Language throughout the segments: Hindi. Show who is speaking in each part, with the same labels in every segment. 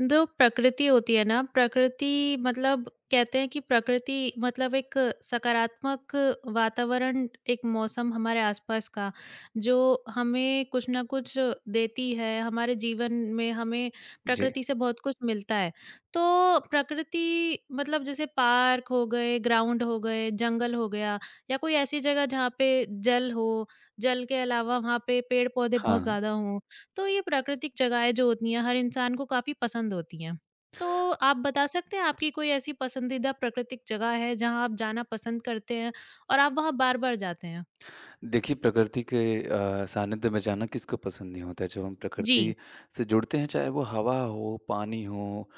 Speaker 1: जो प्रकृति होती है ना, प्रकृति मतलब कहते हैं कि प्रकृति मतलब एक सकारात्मक वातावरण, एक मौसम हमारे आसपास का, जो हमें कुछ ना कुछ देती है, हमारे जीवन में हमें
Speaker 2: जी,
Speaker 1: प्रकृति से बहुत कुछ मिलता है। तो प्रकृति मतलब जैसे पार्क हो गए, ग्राउंड हो गए, जंगल हो गया या कोई ऐसी जगह जहाँ पे जल हो, जल के अलावा वहाँ पे पेड़-पौधे बहुत
Speaker 2: हाँ।
Speaker 1: ज़्यादा हों। तो ये प्राकृतिक जगहें जो होती हैं हर इंसान को काफ़ी पसंद होती हैं। तो आप बता सकते हैं आपकी कोई ऐसी पसंदीदा प्राकृतिक जगह है जहाँ आप जाना पसंद करते हैं और आप वहाँ बार-बार जाते हैं?
Speaker 2: देखिए प्रकृति के सानिध्य में जाना किसको पसंद नहीं होता है। जब हम
Speaker 1: जी,
Speaker 2: प्रकृति से जुड़ते हैं चाहे वो हवा हो, पानी हो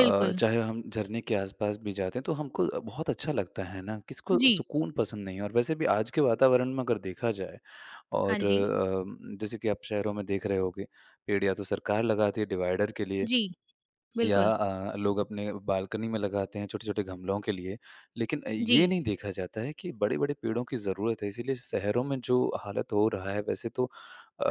Speaker 2: चाहे हम झरने के आस-पास भी जाते हैं तो हमको बहुत अच्छा लगता है ना, किसको
Speaker 1: जी,
Speaker 2: सुकून पसंद नहीं है। और वैसे भी आज के वातावरण में अगर देखा जाए
Speaker 1: हाँ
Speaker 2: और
Speaker 1: जी।
Speaker 2: जैसे कि आप शहरों में देख रहे होंगे, पेड़ या तो सरकार लगाती है डिवाइडर के लिए
Speaker 1: जी,
Speaker 2: या
Speaker 1: बिल्कुल।
Speaker 2: लोग अपने बालकनी में लगाते हैं छोटे-छोटे गमलों के लिए। लेकिन
Speaker 1: जी,
Speaker 2: ये नहीं देखा जाता है कि बड़े-बड़े पेड़ों की ज़रूरत है, इसीलिए शहरों में जो हालत हो रहा है वैसे तो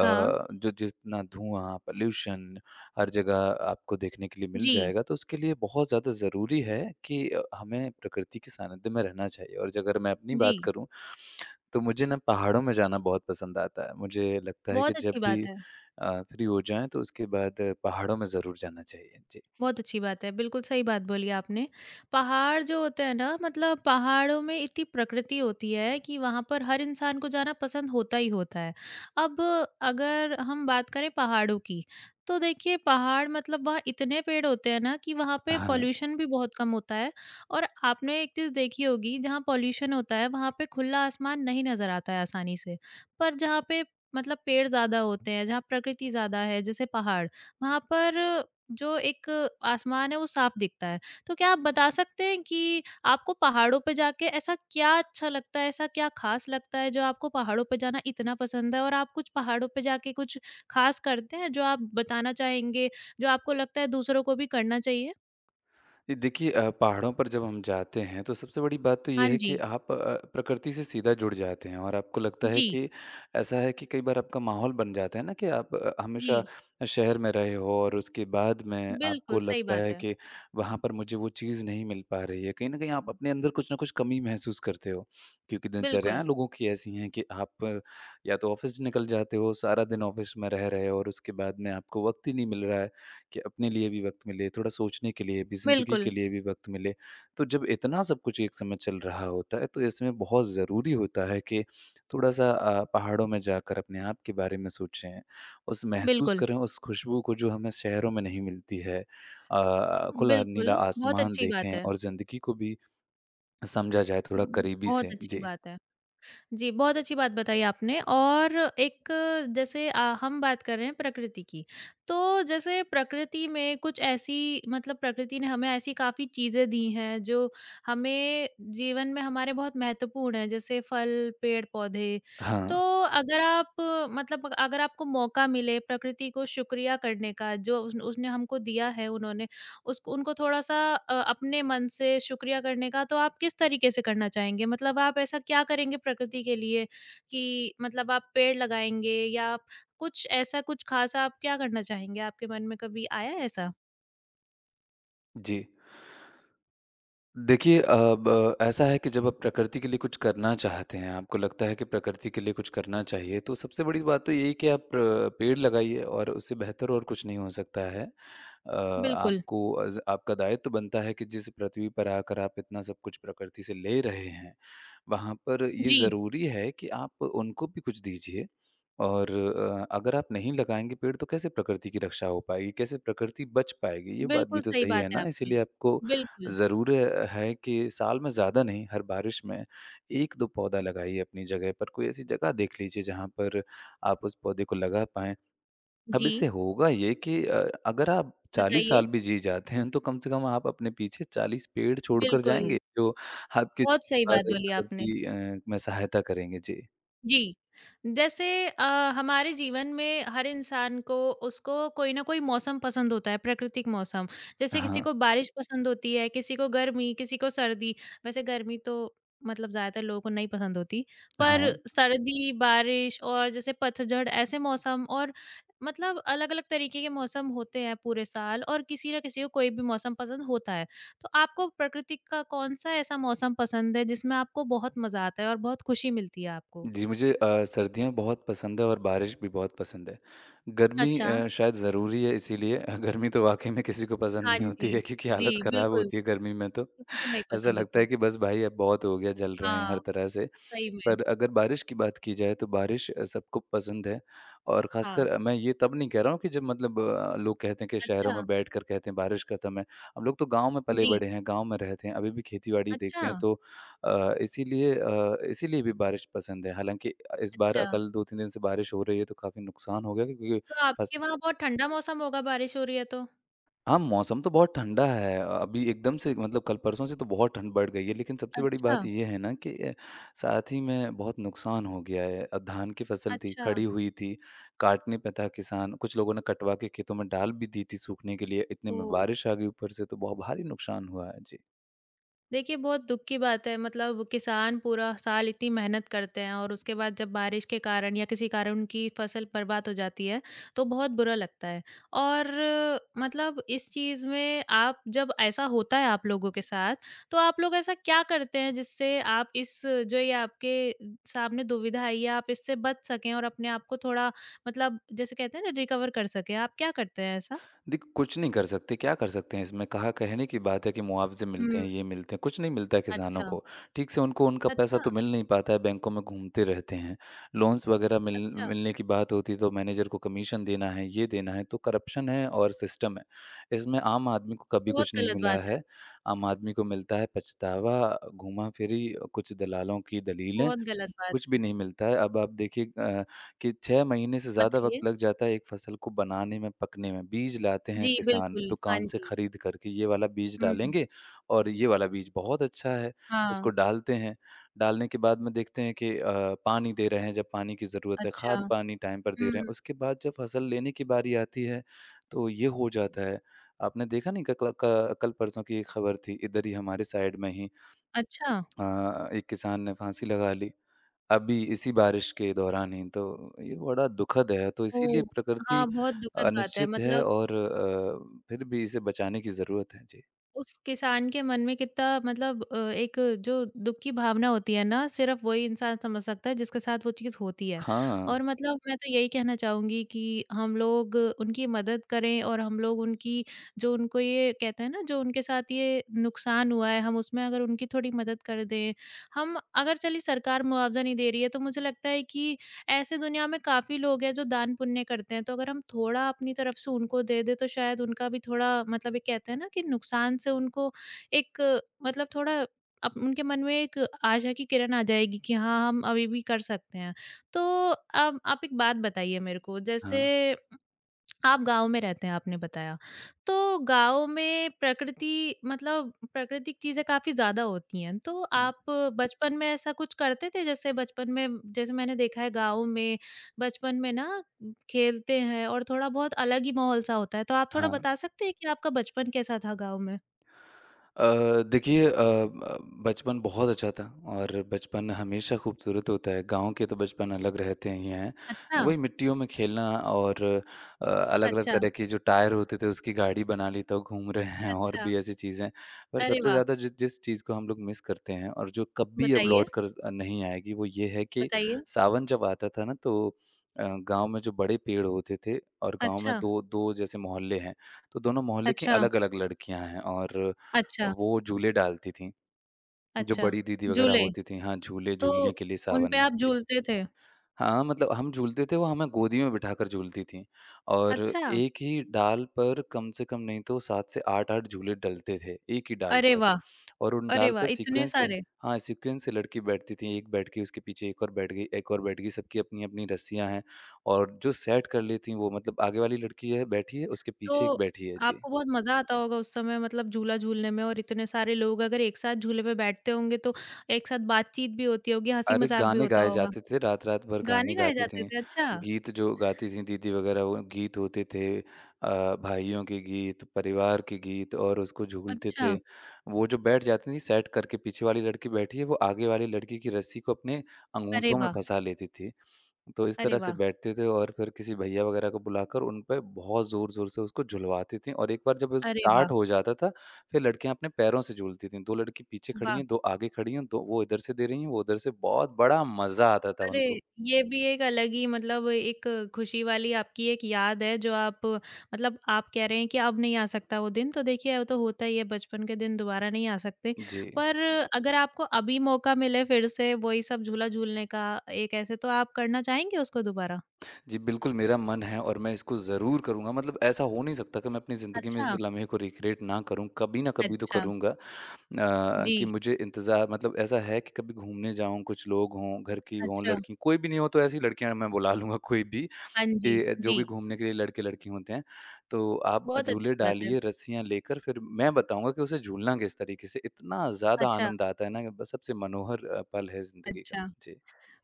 Speaker 1: हाँ।
Speaker 2: जो जितना धुआँ, पॉल्यूशन हर जगह आपको देखने के लिए मिल
Speaker 1: जी,
Speaker 2: जाएगा, तो उसके लिए बहुत ज़्यादा ज़रूरी है कि हमें प्रकृति के सानिध्य में रहना चाहिए। और अगर मैं अपनी
Speaker 1: जी।
Speaker 2: बात करूँ, तो मुझे ना पहाड़ों में जाना बहुत पसंद आता है। मुझे लगता है कि
Speaker 1: बहुत अच्छी
Speaker 2: जब भी
Speaker 1: बात है।
Speaker 2: फ्री हो जाएँ, तो उसके बाद पहाड़ों में ज़रूर जाना चाहिए। जी।
Speaker 1: बहुत अच्छी बात है। बिल्कुल सही बात बोली आपने। पहाड़ जो होते हैं ना मतलब पहाड़ों में इतनी प्रकृति होती है कि वहाँ पर हर इंसान को जाना पसंद होता ही होता है। अब अगर हम बात करें पहाड़ों की, तो देखिए पहाड़ मतलब वहाँ इतने पेड़ होते हैं ना कि वहाँ पे
Speaker 2: हाँ,
Speaker 1: पॉल्यूशन भी बहुत कम होता है और आपने एक चीज़ देखी होगी जहाँ पॉल्यूशन होता है वहाँ पे खुला आसमान नहीं नज़र आता है आसानी से। पर जहाँ पे मतलब पेड़ ज़्यादा होते हैं, जहाँ प्रकृति ज़्यादा है जैसे पहाड़, वहाँ पर जो एक आसमान है वो साफ दिखता है। तो क्या आप बता सकते हैं कि आपको पहाड़ों पे जाके ऐसा क्या अच्छा लगता है, ऐसा क्या ख़ास लगता है जो आपको पहाड़ों पे जाना इतना पसंद है? और आप कुछ पहाड़ों पे जाके कुछ ख़ास करते हैं जो आप बताना चाहेंगे, जो आपको लगता है दूसरों को भी करना चाहिए?
Speaker 2: ये देखिए पहाड़ों पर जब हम जाते हैं तो सबसे बड़ी बात तो
Speaker 1: हाँ
Speaker 2: ये है
Speaker 1: जी।
Speaker 2: कि आप प्रकृति से सीधा जुड़ जाते हैं और आपको लगता है
Speaker 1: जी,
Speaker 2: कि ऐसा है कि कई बार आपका माहौल बन जाता है ना कि आप हमेशा
Speaker 1: जी।
Speaker 2: शहर में रहे हो और उसके बाद में
Speaker 1: बिल्कुल,
Speaker 2: आपको
Speaker 1: सही
Speaker 2: लगता
Speaker 1: बात
Speaker 2: है
Speaker 1: है।
Speaker 2: कि वहाँ पर मुझे वो चीज़ नहीं मिल पा रही है कहीं ना कहीं आप अपने अंदर कुछ ना कुछ कमी महसूस करते हो क्योंकि
Speaker 1: बिल्कुल,
Speaker 2: दिनचर्याएं लोगों की ऐसी हैं कि आप या तो ऑफिस निकल जाते हो सारा दिन ऑफिस में रह रहे हो और उसके बाद में आपको वक्त ही नहीं मिल रहा है कि अपने लिए भी वक़्त मिले, थोड़ा सोचने के लिए भी, ज़िंदगी
Speaker 1: बिल्कुल,
Speaker 2: के लिए भी वक़्त मिले। तो जब इतना सब कुछ एक समय चल रहा होता है, तो इसमें बहुत ज़रूरी होता है कि थोड़ा-सा पहाड़ों में जाकर अपने आप के बारे में सोचें, उस महसूस
Speaker 1: बिल्कुल,
Speaker 2: करें उस खुशबू को जो हमें शहरों में नहीं मिलती है। खुला
Speaker 1: बिल्कुल।
Speaker 2: नीला
Speaker 1: बहुत
Speaker 2: आसमान
Speaker 1: अच्छी बात
Speaker 2: देखें
Speaker 1: है।
Speaker 2: और ज़िंदगी को भी समझा जाए थोड़ा करीबी
Speaker 1: बहुत
Speaker 2: से।
Speaker 1: अच्छी
Speaker 2: जी।
Speaker 1: बात है। जी, बहुत अच्छी बात बताई आपने और एक जैसे हम बात कर रहे हैं प्रकृति की, तो जैसे प्रकृति में कुछ ऐसी मतलब प्रकृति ने हमें ऐसी काफ़ी चीज़ें दी हैं जो हमें जीवन में हमारे बहुत महत्वपूर्ण हैं, जैसे फल, पेड़-पौधे।
Speaker 2: हाँ,
Speaker 1: तो अगर आप मतलब अगर आपको मौका मिले प्रकृति को शुक्रिया करने का जो उस उसने हमको दिया है उन्होंने, उसको उनको थोड़ा-सा अपने मन से शुक्रिया करने का तो आप किस तरीके से करना चाहेंगे? मतलब आप ऐसा क्या करेंगे प्रकृति के लिए कि मतलब आप पेड़ लगाएँगे या आप कुछ ऐसा कुछ ख़ास आप क्या करना चाहेंगे? आपके मन में कभी आया है ऐसा?
Speaker 2: जी। देखिए अब ऐसा है कि जब आप प्रकृति के लिए कुछ करना चाहते हैं, आपको लगता है कि प्रकृति के लिए कुछ करना चाहिए, तो सबसे बड़ी बात तो यही कि आप पेड़ लगाइए और उससे बेहतर और कुछ नहीं हो सकता है।
Speaker 1: बिल्कुल।
Speaker 2: आपको अज़ आपका दायित्व तो बनता है कि जिस पृथ्वी पर आकर आप इतना सब कुछ प्रकृति से ले रहे हैं, वहाँ पर ये
Speaker 1: जी,
Speaker 2: ज़रूरी है कि आप उनको भी कुछ दीजिए और अगर आप नहीं लगाएँगे पेड़ तो कैसे प्रकृति की रक्षा हो पाएगी, कैसे प्रकृति बच पाएगी? ये बात
Speaker 1: बिल्कुल
Speaker 2: भी तो
Speaker 1: सही
Speaker 2: सही
Speaker 1: बात
Speaker 2: है
Speaker 1: है
Speaker 2: ना,
Speaker 1: आपकी।
Speaker 2: इसीलिए आपको
Speaker 1: बिल्कुल।
Speaker 2: ज़रूर है कि साल में ज़्यादा नहीं, हर बारिश में 1-2 पौधा लगाइए अपनी जगह पर। कोई ऐसी जगह देख लीजिए जहाँ पर आप उस पौधे को लगा पाएँ। अब
Speaker 1: जी,
Speaker 2: इससे होगा ये कि अगर आप 40
Speaker 1: बताइए।
Speaker 2: साल भी जी जाते हैं, तो कम से कम आप अपने पीछे 40 पेड़ छोड़कर
Speaker 1: बिल्कुल,
Speaker 2: जाएँगे, जो आपकी
Speaker 1: बहुत सही बात
Speaker 2: बाद
Speaker 1: बोली आपने।
Speaker 2: प्रकृति में सहायता करेंगे। जी।
Speaker 1: जी। जैसे हमारे जीवन में हर इंसान को उसको कोई ना कोई मौसम पसंद होता है, प्राकृतिक मौसम। जैसे किसी
Speaker 2: हाँ।
Speaker 1: को बारिश पसंद होती है, किसी को गर्मी, किसी को सर्दी। वैसे गर्मी तो मतलब ज़्यादातर लोगों को नहीं पसंद होती, पर
Speaker 2: हाँ।
Speaker 1: सर्दी, बारिश और जैसे पतझड़ ऐसे मौसम और मतलब अलग-अलग तरीके के मौसम होते हैं पूरे साल और किसी ना किसी को कोई भी मौसम पसंद होता है। तो आपको प्रकृति का कौन-सा ऐसा मौसम पसंद है जिसमें आपको बहुत मज़ा आता है और बहुत खुशी मिलती है आपको?
Speaker 2: जी, मुझे सर्दियाँ बहुत पसंद है और बारिश भी बहुत पसंद है। गर्मी
Speaker 1: अच्छा।
Speaker 2: शायद ज़रूरी है इसीलिए गर्मी तो वाक़ई में किसी को पसंद
Speaker 1: हाँ
Speaker 2: नहीं होती
Speaker 1: जी।
Speaker 2: है क्योंकि
Speaker 1: जी,
Speaker 2: हालत ख़राब
Speaker 1: बिल्कुल,
Speaker 2: होती है गर्मी में तो।
Speaker 1: किसी को नहीं
Speaker 2: ऐसा
Speaker 1: पसंद
Speaker 2: लगता है
Speaker 1: होती।
Speaker 2: कि बस भाई अब बहुत हो गया, जल रहे हैं
Speaker 1: हाँ,
Speaker 2: हर तरह से।
Speaker 1: सही में।
Speaker 2: पर अगर बारिश की बात की जाए तो बारिश सबको पसंद है और
Speaker 1: हाँ,
Speaker 2: ख़ासकर मैं ये तब नहीं कह रहा हूँ कि जब मतलब लोग कहते हैं कि शहरों
Speaker 1: अच्छा।
Speaker 2: में बैठकर कहते हैं बारिश ख़त्म है। हम लोग तो गाँव में
Speaker 1: जी,
Speaker 2: पले-बड़े हैं, गाँव में रहते हैं, अभी भी खेती-बाड़ी
Speaker 1: अच्छा,
Speaker 2: देखते हैं तो इसीलिए इसीलिए भी बारिश पसंद है। हालाँकि इस बार
Speaker 1: अच्छा।
Speaker 2: कल 2-3 दिन से बारिश हो रही है तो काफ़ी नुकसान हो गया क्योंकि
Speaker 1: तो
Speaker 2: फस
Speaker 1: आपके वहाँ बहुत ठंडा मौसम होगा बारिश हो रही है तो?
Speaker 2: हाँ, मौसम तो बहुत ठंडा है। अभी एकदम से मतलब कल परसों से तो बहुत ठंड बढ़ गई है, लेकिन सबसे बड़ी
Speaker 1: अच्छा,
Speaker 2: बात ये है ना कि साथ ही में बहुत नुकसान हो गया है। धान की फसल थी,
Speaker 1: अच्छा।
Speaker 2: खड़ी हुई थी, काटने पे था किसान। कुछ लोगों ने कटवा के खेतों में डाल भी दी थी सूखने के लिए। इतने में
Speaker 1: ओह!
Speaker 2: बारिश आ गई ऊपर से, तो बहुत भारी नुकसान हुआ है। जी।
Speaker 1: देखिए, बहुत दुःख की बात है मतलब किसान पूरा साल इतनी मेहनत करते हैं और उसके बाद जब बारिश के कारण या किसी कारण उनकी फसल बर्बाद हो जाती है, तो बहुत बुरा लगता है। और मतलब इस चीज़ में आप जब ऐसा होता है आप लोगों के साथ, तो आप लोग ऐसा क्या करते हैं जिससे आप इस जो ये आपके सामने दुविधा आई है, आप इससे बच सकें और अपने आप को थोड़ा मतलब जैसे कहते हैं ना रिकवर कर सकें, आप क्या करते हैं ऐसा?
Speaker 2: देखिए, कुछ नहीं कर सकते, क्या कर सकते हैं इसमें? कहा कहने की बात है कि मुआवज़े मिलते
Speaker 1: हुँ,
Speaker 2: हैं, ये मिलते हैं, कुछ नहीं मिलता है किसानों
Speaker 1: अच्छा।
Speaker 2: को। ठीक से उनको उनका पैसा
Speaker 1: अच्छा,
Speaker 2: तो मिल नहीं पाता है, बैंकों में घूमते रहते हैं। लोन्स वगैरह मिल
Speaker 1: अच्छा,
Speaker 2: मिलने की बात होती है तो मैनेजर को कमीशन देना है, ये देना है, तो करप्शन है और सिस्टम है। इसमें आम आदमी को कभी
Speaker 1: बहुत
Speaker 2: कुछ नहीं
Speaker 1: गलत बात
Speaker 2: मिला
Speaker 1: है।
Speaker 2: है, आम आदमी को मिलता है पछतावा, घूमा-फिरी, कुछ दलालों की दलीलें
Speaker 1: बहुत गलत बात
Speaker 2: कुछ भी
Speaker 1: है।
Speaker 2: नहीं मिलता है। अब आप देखिए कि 6 महीने से ज़्यादा वक़्त
Speaker 1: बताइए?
Speaker 2: लग जाता है एक फ़सल को बनाने में, पकने में। बीज लाते हैं
Speaker 1: जी,
Speaker 2: किसान
Speaker 1: बिल्कुल। हाँ
Speaker 2: दुकान से
Speaker 1: जी।
Speaker 2: खरीद कर के, ये वाला बीज
Speaker 1: हुँ,
Speaker 2: डालेंगे और ये वाला बीज बहुत अच्छा है।
Speaker 1: हाँ।
Speaker 2: उसको डालते हैं, डालने के बाद में देखते हैं कि पानी दे रहे हैं जब पानी की ज़रूरत है,
Speaker 1: अच्छा।
Speaker 2: खाद पानी टाइम पर दे रहे हैं।
Speaker 1: हुँ,
Speaker 2: उसके बाद जब फ़सल लेने की बारी आती है, तो ये हो जाता है। आपने देखा नहीं ककला क कल परसों की एक खबर थी, इधर ही हमारे साइड में ही
Speaker 1: अच्छा।
Speaker 2: एक किसान ने फांसी लगा ली। अभी इसी बारिश के दौरान ही, तो ये बड़ा दुखद है, तो इसीलिए
Speaker 1: ओह!
Speaker 2: प्रकृति
Speaker 1: हाँ, बहुत दुखद बात है
Speaker 2: अनिश्चित है
Speaker 1: मतलब
Speaker 2: और फिर भी इसे बचाने की ज़रूरत है। जी।
Speaker 1: उस किसान के मन में कितना मतलब एक जो दुःख की भावना होती है ना, सिर्फ़ वही इंसान समझ सकता है जिसके साथ वो चीज़ होती है।
Speaker 2: हाँ,
Speaker 1: और मतलब मैं तो यही कहना चाहूँगी कि हम लोग उनकी मदद करें और हम लोग उनकी जो उनको ये कहते हैं ना, जो उनके साथ ये नुकसान हुआ है, हम उसमें अगर उनकी थोड़ी मदद कर दें। हम अगर चलिए सरकार मुआवज़ा नहीं दे रही है, तो मुझे लगता है कि ऐसे दुनिया में काफ़ी लोग हैं जो दान पुण्य करते हैं, तो अगर हम थोड़ा अपनी तरफ से उनको दे दें तो शायद उनका भी थोड़ा मतलब एक कहते हैं ना कि नुकसान से उनको एक मतलब थोड़ा अप उनके मन में एक आशा की किरण आ जाएगी कि हाँ, हम अभी भी कर सकते हैं। तो अब आप एक बात बताइए मेरे को जैसे
Speaker 2: हाँ,
Speaker 1: आप गाँव में रहते हैं आपने बताया। तो गाँव में प्रकृति मतलब प्राकृतिक चीज़ें काफ़ी ज़्यादा होती हैं। तो
Speaker 2: हुँ,
Speaker 1: आप बचपन में ऐसा कुछ करते थे? जैसे बचपन में जैसे मैंने देखा है गाँव में बचपन में ना खेलते हैं और थोड़ा बहुत अलग ही माहौल सा होता है। तो आप थोड़ा बता
Speaker 2: हाँ।
Speaker 1: सकते हैं कि आपका बचपन कैसा था गाँव में?
Speaker 2: देखिए अ, ब बचपन बहुत अच्छा था और बचपन हमेशा खूबसूरत होता है। गाँव के तो बचपन अलग रहते ही हैं।
Speaker 1: अच्छा,
Speaker 2: वही मिट्टियों में खेलना और अलग-अलग
Speaker 1: अच्छा,
Speaker 2: तरह के जो टायर होते थे उसकी गाड़ी बना ली तो घूम रहे हैं और
Speaker 1: अच्छा।
Speaker 2: भी ऐसी चीज़ें। पर
Speaker 1: अरे
Speaker 2: सबसे
Speaker 1: वाह!
Speaker 2: ज़्यादा जिस जिस चीज़ को हम लोग मिस करते हैं और जो कभी अब
Speaker 1: बताइए,
Speaker 2: लौट कर नहीं आएगी वो ये है कि
Speaker 1: बताइए।
Speaker 2: सावन जब आता था ना तो अ, गाँव में जो बड़े पेड़ होते थे और गाँव में
Speaker 1: अच्छा,
Speaker 2: 2 2 जैसे मोहल्ले हैं, तो दोनों मोहल्ले की
Speaker 1: अच्छा,
Speaker 2: अलग-अलग लड़कियाँ हैं और
Speaker 1: अच्छा,
Speaker 2: वो झूले डालती थीं, जो
Speaker 1: अच्छा।
Speaker 2: बड़ी दीदी वगैरह
Speaker 1: झूले,
Speaker 2: होती थीं। हाँ, झूले
Speaker 1: तो
Speaker 2: झूलने के लिए
Speaker 1: उन
Speaker 2: सावन
Speaker 1: पे
Speaker 2: में।
Speaker 1: आप
Speaker 2: जी।
Speaker 1: झूलते थे?
Speaker 2: हाँ, मतलब हम झूलते थे, वो हमें गोदी में बिठाकर झूलती थीं और
Speaker 1: अच्छा।
Speaker 2: एक ही डाल पर कम से कम नहीं तो 7 से 8-8 झूले डलते थे, एक ही डाल
Speaker 1: अरे
Speaker 2: पर
Speaker 1: वाह!
Speaker 2: और उन
Speaker 1: अरे
Speaker 2: डाल
Speaker 1: वाह!
Speaker 2: पर
Speaker 1: इतने
Speaker 2: सीक्वेंस से
Speaker 1: सारे।
Speaker 2: हाँ, सीक्वेंस से लड़की बैठती थी, एक बैठ गई, उसके पीछे एक और बैठ गई, एक और बैठ गई, सबकी अपनी-अपनी रस्सियाँ हैं और जो सेट कर लेती हैं वो मतलब आगे वाली लड़की है बैठी है, उसके पीछे एक
Speaker 1: तो
Speaker 2: बैठी है। जी।
Speaker 1: आपको बहुत मज़ा आता होगा उस समय मतलब झूला झूलने में और इतने सारे लोग अगर एक साथ झूले पे बैठते होंगे तो एक साथ बातचीत भी होती होगी,
Speaker 2: अरे!
Speaker 1: हँसी-मज़ाक भी
Speaker 2: गाने
Speaker 1: होता
Speaker 2: गाए
Speaker 1: होगा।
Speaker 2: जाते थे, रात-रात भर गाने
Speaker 1: गाने गाए
Speaker 2: गाती
Speaker 1: जाते
Speaker 2: थीं।
Speaker 1: थे? अच्छा,
Speaker 2: गीत जो गाती थीं दीदी वगैरह वो गीत होते थे भाइयों के गीत, परिवार के गीत और उसको झूलते
Speaker 1: अच्छा।
Speaker 2: थे। वो जो बैठ जाती थीं सेट करके पीछे वाली लड़की बैठी है, वो आगे वाली लड़की की रस्सी को अपने
Speaker 1: अरे
Speaker 2: अंगूठों में
Speaker 1: वाह!
Speaker 2: फँसा लेती थी। तो इस
Speaker 1: अरे
Speaker 2: तरह से
Speaker 1: वाह!
Speaker 2: बैठते थे और फिर किसी भैया वगैरह को बुलाकर उन पे बहुत ज़ोर-ज़ोर से उसको झुलवाती थीं और एक बार जब
Speaker 1: अरे वाह!
Speaker 2: स्टार्ट हो जाता था, फिर लड़कियाँ अपने पैरों से झूलती थीं। 2 लड़की पीछे खड़ी
Speaker 1: वाह!
Speaker 2: हैं, 2 आगे खड़ी हैं, दो वो इधर से दे रही हैं, वो उधर से। बहुत बड़ा मज़ा आता था
Speaker 1: अरे!
Speaker 2: उनको।
Speaker 1: ये भी एक अलग ही मतलब एक खुशी वाली आपकी एक याद है जो आप मतलब आप कह रहे हैं कि अब नहीं आ सकता वो दिन, तो देखिए वो तो होता ही है बचपन के दिन दोबारा नहीं आ सकते।
Speaker 2: जी।
Speaker 1: पर अगर आपको अभी मौका मिले फिर से वही सब झूला झूलने का एक ऐसे, तो आप करना चाहेंगे उसको दोबारा?
Speaker 2: जी, बिल्कुल मेरा मन है और मैं इसको ज़रूर करूँगा। मतलब ऐसा हो नहीं सकता कि मैं अपनी ज़िंदगी में इस
Speaker 1: अच्छा,
Speaker 2: लम्हे को रिक्रिएट ना करूँ, कभी ना कभी तो
Speaker 1: अच्छा।
Speaker 2: करूँगा। अ, कि
Speaker 1: जी,
Speaker 2: मुझे इंतज़ार मतलब ऐसा है कि कभी घूमने जाऊँ, कुछ लोग हों, घर की हों,
Speaker 1: अच्छा।
Speaker 2: लड़की कोई भी नहीं हो तो ऐसी लड़कियाँ मैं बुला लूँगा कोई भी।
Speaker 1: हाँ जी,
Speaker 2: कि जो
Speaker 1: जी।
Speaker 2: भी घूमने के लिए लड़के-लड़की होते हैं, तो आप
Speaker 1: बहुत
Speaker 2: झूले
Speaker 1: अच्छी बात है।
Speaker 2: डालिए, रस्सियाँ लेकर फिर मैं बताऊँगा कि उसे झूलना किस तरीके से इतना ज़्यादा
Speaker 1: अच्छा,
Speaker 2: आनंद आता है ना कि बस सबसे मनोहर पल है ज़िंदगी का।
Speaker 1: अच्छा।
Speaker 2: जी।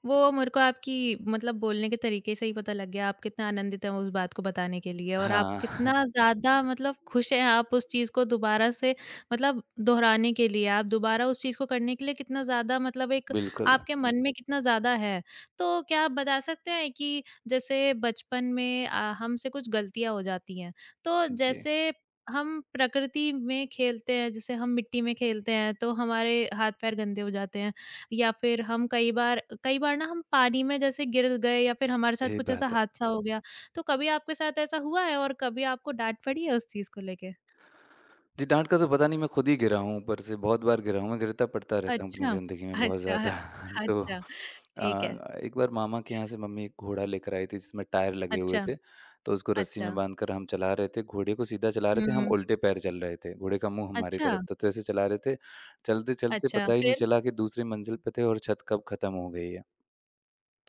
Speaker 1: वो मेरे को आपकी मतलब बोलने के तरीके से ही पता लग गया, आप कितना आनंदित हैं उस बात को बताने के लिए और आप
Speaker 2: हाँ,
Speaker 1: कितना ज़्यादा मतलब खुश हैं आप उस चीज़ को दोबारा से मतलब दोहराने के लिए, आप दोबारा उस चीज़ को करने के लिए कितना ज़्यादा मतलब एक
Speaker 2: बिल्कुल।
Speaker 1: आपके मन में कितना ज़्यादा है। तो क्या आप बता सकते हैं कि जैसे बचपन में हमसे कुछ गलतियाँ हो जाती हैं, तो
Speaker 2: जी,
Speaker 1: जैसे हम प्रकृति में खेलते हैं, जैसे हम मिट्टी में खेलते हैं, तो हमारे हाथ-पैर गंदे हो जाते हैं, या फिर हम कई बार ना हम पानी में जैसे गिर गए या फिर हमारे साथ
Speaker 2: सही
Speaker 1: कुछ ऐसा
Speaker 2: बात है।
Speaker 1: हादसा हो गया, तो कभी आपके साथ ऐसा हुआ है और कभी आपको डाँट पड़ी है उस चीज़ को लेके?
Speaker 2: जी, डाँट का तो पता नहीं मैं खुद ही गिरा हूँ ऊपर से, बहुत बार गिरा हूँ, मैं गिरता-पड़ता रहता हूँ अपनी
Speaker 1: अच्छा,
Speaker 2: ज़िंदगी में बहुत
Speaker 1: अच्छा,
Speaker 2: ज़्यादा। तो
Speaker 1: अच्छा, ठीक है।
Speaker 2: एक बार मामा के यहाँ से मम्मी एक घोड़ा लेकर आई थी जिसमें टायर लगे हुए
Speaker 1: अच्छा,
Speaker 2: थे, तो उसको रस्सी
Speaker 1: अच्छा।
Speaker 2: में बाँधकर हम चला रहे थे, घोड़े को सीधा चला रहे थे, हम
Speaker 1: हुँ,
Speaker 2: उल्टे पैर चल रहे थे, घोड़े का मुँह हमारी
Speaker 1: अच्छा,
Speaker 2: तरफ था, तो ऐसे चला रहे थे, चलते-चलते
Speaker 1: अच्छा,
Speaker 2: पता ही नहीं
Speaker 1: फिर?
Speaker 2: चला कि दूसरी मंज़िल पे थे और छत कब खत्म हो गई है।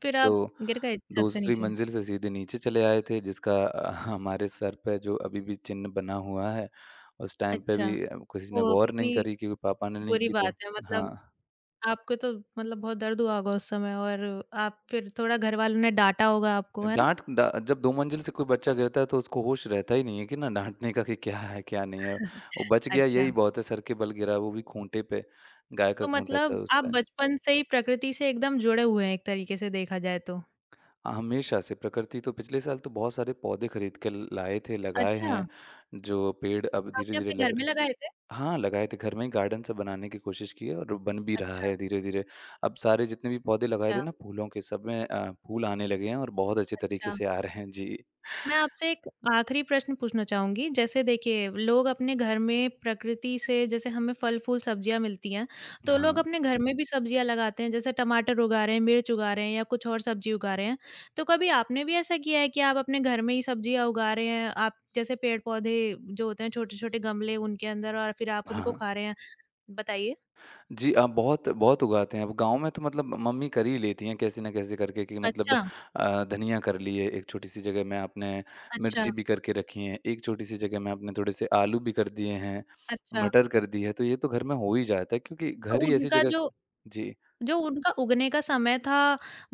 Speaker 1: फिर
Speaker 2: तो
Speaker 1: आप गिर गए छत से
Speaker 2: दूसरी
Speaker 1: नीचे?
Speaker 2: मंजिल से सीधे नीचे चले आए थे जिसका हमारे सर पे जो अभी भी चिन्ह बना हुआ है। उस टाइम पे
Speaker 1: अच्छा,
Speaker 2: भी किसी ने
Speaker 1: ओह!
Speaker 2: गौर
Speaker 1: कितनी
Speaker 2: नहीं करी क्योंकि पापा ने नहीं
Speaker 1: बुरी
Speaker 2: की
Speaker 1: बात
Speaker 2: तो
Speaker 1: है मतलब
Speaker 2: हाँ।
Speaker 1: आपको तो मतलब बहुत दर्द हुआ होगा उस समय और आप फिर थोड़ा घर वालों ने डाँटा होगा आपको, है ना?
Speaker 2: डाँट डा जब 2 मंजिल से कोई बच्चा गिरता है तो उसको होश रहता ही नहीं है कि ना डाँटने का कि क्या है, क्या नहीं है। वो बच गया
Speaker 1: अच्छा।
Speaker 2: यही बहुत है, सर के बल गिरा वो भी खूँटे पे, गाय
Speaker 1: तो
Speaker 2: का खूँटा था
Speaker 1: मतलब
Speaker 2: उस
Speaker 1: आप
Speaker 2: पे।
Speaker 1: बचपन से ही प्रकृति से एकदम जुड़े हुए हैं एक तरीके से देखा जाए तो।
Speaker 2: हाँ, हमेशा से प्रकृति तो पिछले साल तो बहुत सारे पौधे खरीद के लाए थे, लगाए
Speaker 1: अच्छा,
Speaker 2: हैं, जो पेड़ अब
Speaker 1: आपने
Speaker 2: धीरे-धीरे
Speaker 1: अपने घर
Speaker 2: लग
Speaker 1: में
Speaker 2: रहे
Speaker 1: लगाए थे?
Speaker 2: हाँ, लगाए थे घर में ही गार्डन सा बनाने की कोशिश की है और बन भी रहा
Speaker 1: अच्छा,
Speaker 2: है धीरे-धीरे। अब सारे जितने भी पौधे लगाए
Speaker 1: अच्छा,
Speaker 2: थे ना फूलों के सब में फूल आने लगे हैं और बहुत अच्छे तरीके
Speaker 1: अच्छा।
Speaker 2: से आ रहे हैं। जी।
Speaker 1: मैं आपसे एक आखिरी प्रश्न पूछना चाहूँगी, जैसे देखिए लोग अपने घर में प्रकृति से जैसे हमें फल-फूल, सब्जियाँ मिलती हैं, तो लोग
Speaker 2: हाँ,
Speaker 1: अपने घर में भी सब्जियाँ लगाते हैं, जैसे टमाटर उगा रहे हैं, मिर्च उगा रहे हैं या कुछ और सब्जी उगा रहे हैं। तो कभी आपने भी ऐसा किया है कि आप अपने घर में ही सब्जियाँ उगा रहे हैं, आप जैसे पेड़-पौधे जो होते हैं छोटे-छोटे गमले उनके अंदर और फिर आप उनको
Speaker 2: हाँ।
Speaker 1: खा रहे हैं? बताइए।
Speaker 2: जी, बहुत बहुत उगाते हैं। अब गाँव में तो मतलब मम्मी कर ही लेती हैं कैसे ना कैसे करके कि मतलब
Speaker 1: अच्छा,
Speaker 2: धनिया कर लिए एक छोटी-सी जगह में आपने,
Speaker 1: अच्छा,
Speaker 2: मिर्ची भी करके रखी हैं, एक छोटी-सी जगह में आपने थोड़े से आलू भी कर दिए हैं,
Speaker 1: अच्छा।
Speaker 2: मटर कर दी है, तो ये तो घर में हो ही जाता है क्योंकि
Speaker 1: तो
Speaker 2: घर ही ऐसी
Speaker 1: उनका
Speaker 2: जगह
Speaker 1: जो
Speaker 2: जी,
Speaker 1: जो उनका उगने का समय था,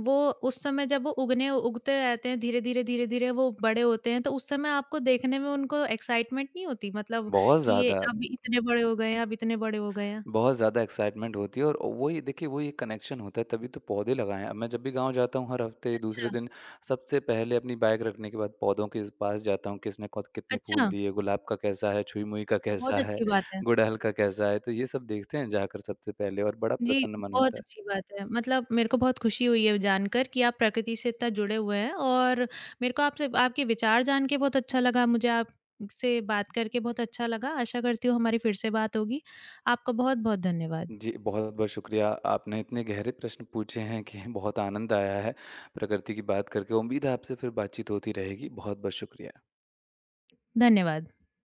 Speaker 1: वो उस समय जब वो उगने उगते रहते हैं, धीरे-धीरे, धीरे-धीरे वो बड़े होते हैं, तो उस समय आपको देखने में उनको एक्साइटमेंट नहीं होती? मतलब
Speaker 2: बहुत
Speaker 1: कि ये
Speaker 2: ज़्यादा।
Speaker 1: अब इतने बड़े हो गए हैं, अब इतने बड़े हो गए हैं।
Speaker 2: बहुत ज़्यादा एक्साइटमेंट होती है और वही देखिए वही एक कनेक्शन होता है तभी तो पौधे लगाए हैं। अब मैं जब भी गाँव जाता हूँ हर हफ्ते दूसरे
Speaker 1: अच्छा,
Speaker 2: दिन सबसे पहले अपनी बाइक रखने के बाद पौधों के पास जाता हूँ किसने कौन- कितने फूल
Speaker 1: अच्छा,
Speaker 2: दिए गुलाब का कैसा है छुई मुई का
Speaker 1: बहुत
Speaker 2: कैसा है
Speaker 1: अच्छी बात है।
Speaker 2: गुड़हल का कैसा है तो ये सब देखते हैं जाकर सबसे पहले और बड़ा
Speaker 1: जी,
Speaker 2: प्रसन्न मन
Speaker 1: बहुत
Speaker 2: होता है
Speaker 1: अच्छी बात है। मतलब मेरे को बहुत खुशी हुई है जानकर कि आप प्रकृति से इतना जुड़े हुए हैं और मेरे को आपसे आपके विचार जान के बहुत अच्छा लगा। मुझे आपसे बात करके बहुत अच्छा लगा। आशा करती हूँ हमारी फिर से बात होगी। आपका बहुत-बहुत धन्यवाद।
Speaker 2: जी बहुत बहुत शुक्रिया आपने इतने गहरे प्रश्न पूछे हैं कि बहुत आनंद आया है प्रकृति की बात करके उम्मीद है आपसे फिर बातचीत होती रहेगी बहुत बहुत शुक्रिया
Speaker 1: धन्यवाद।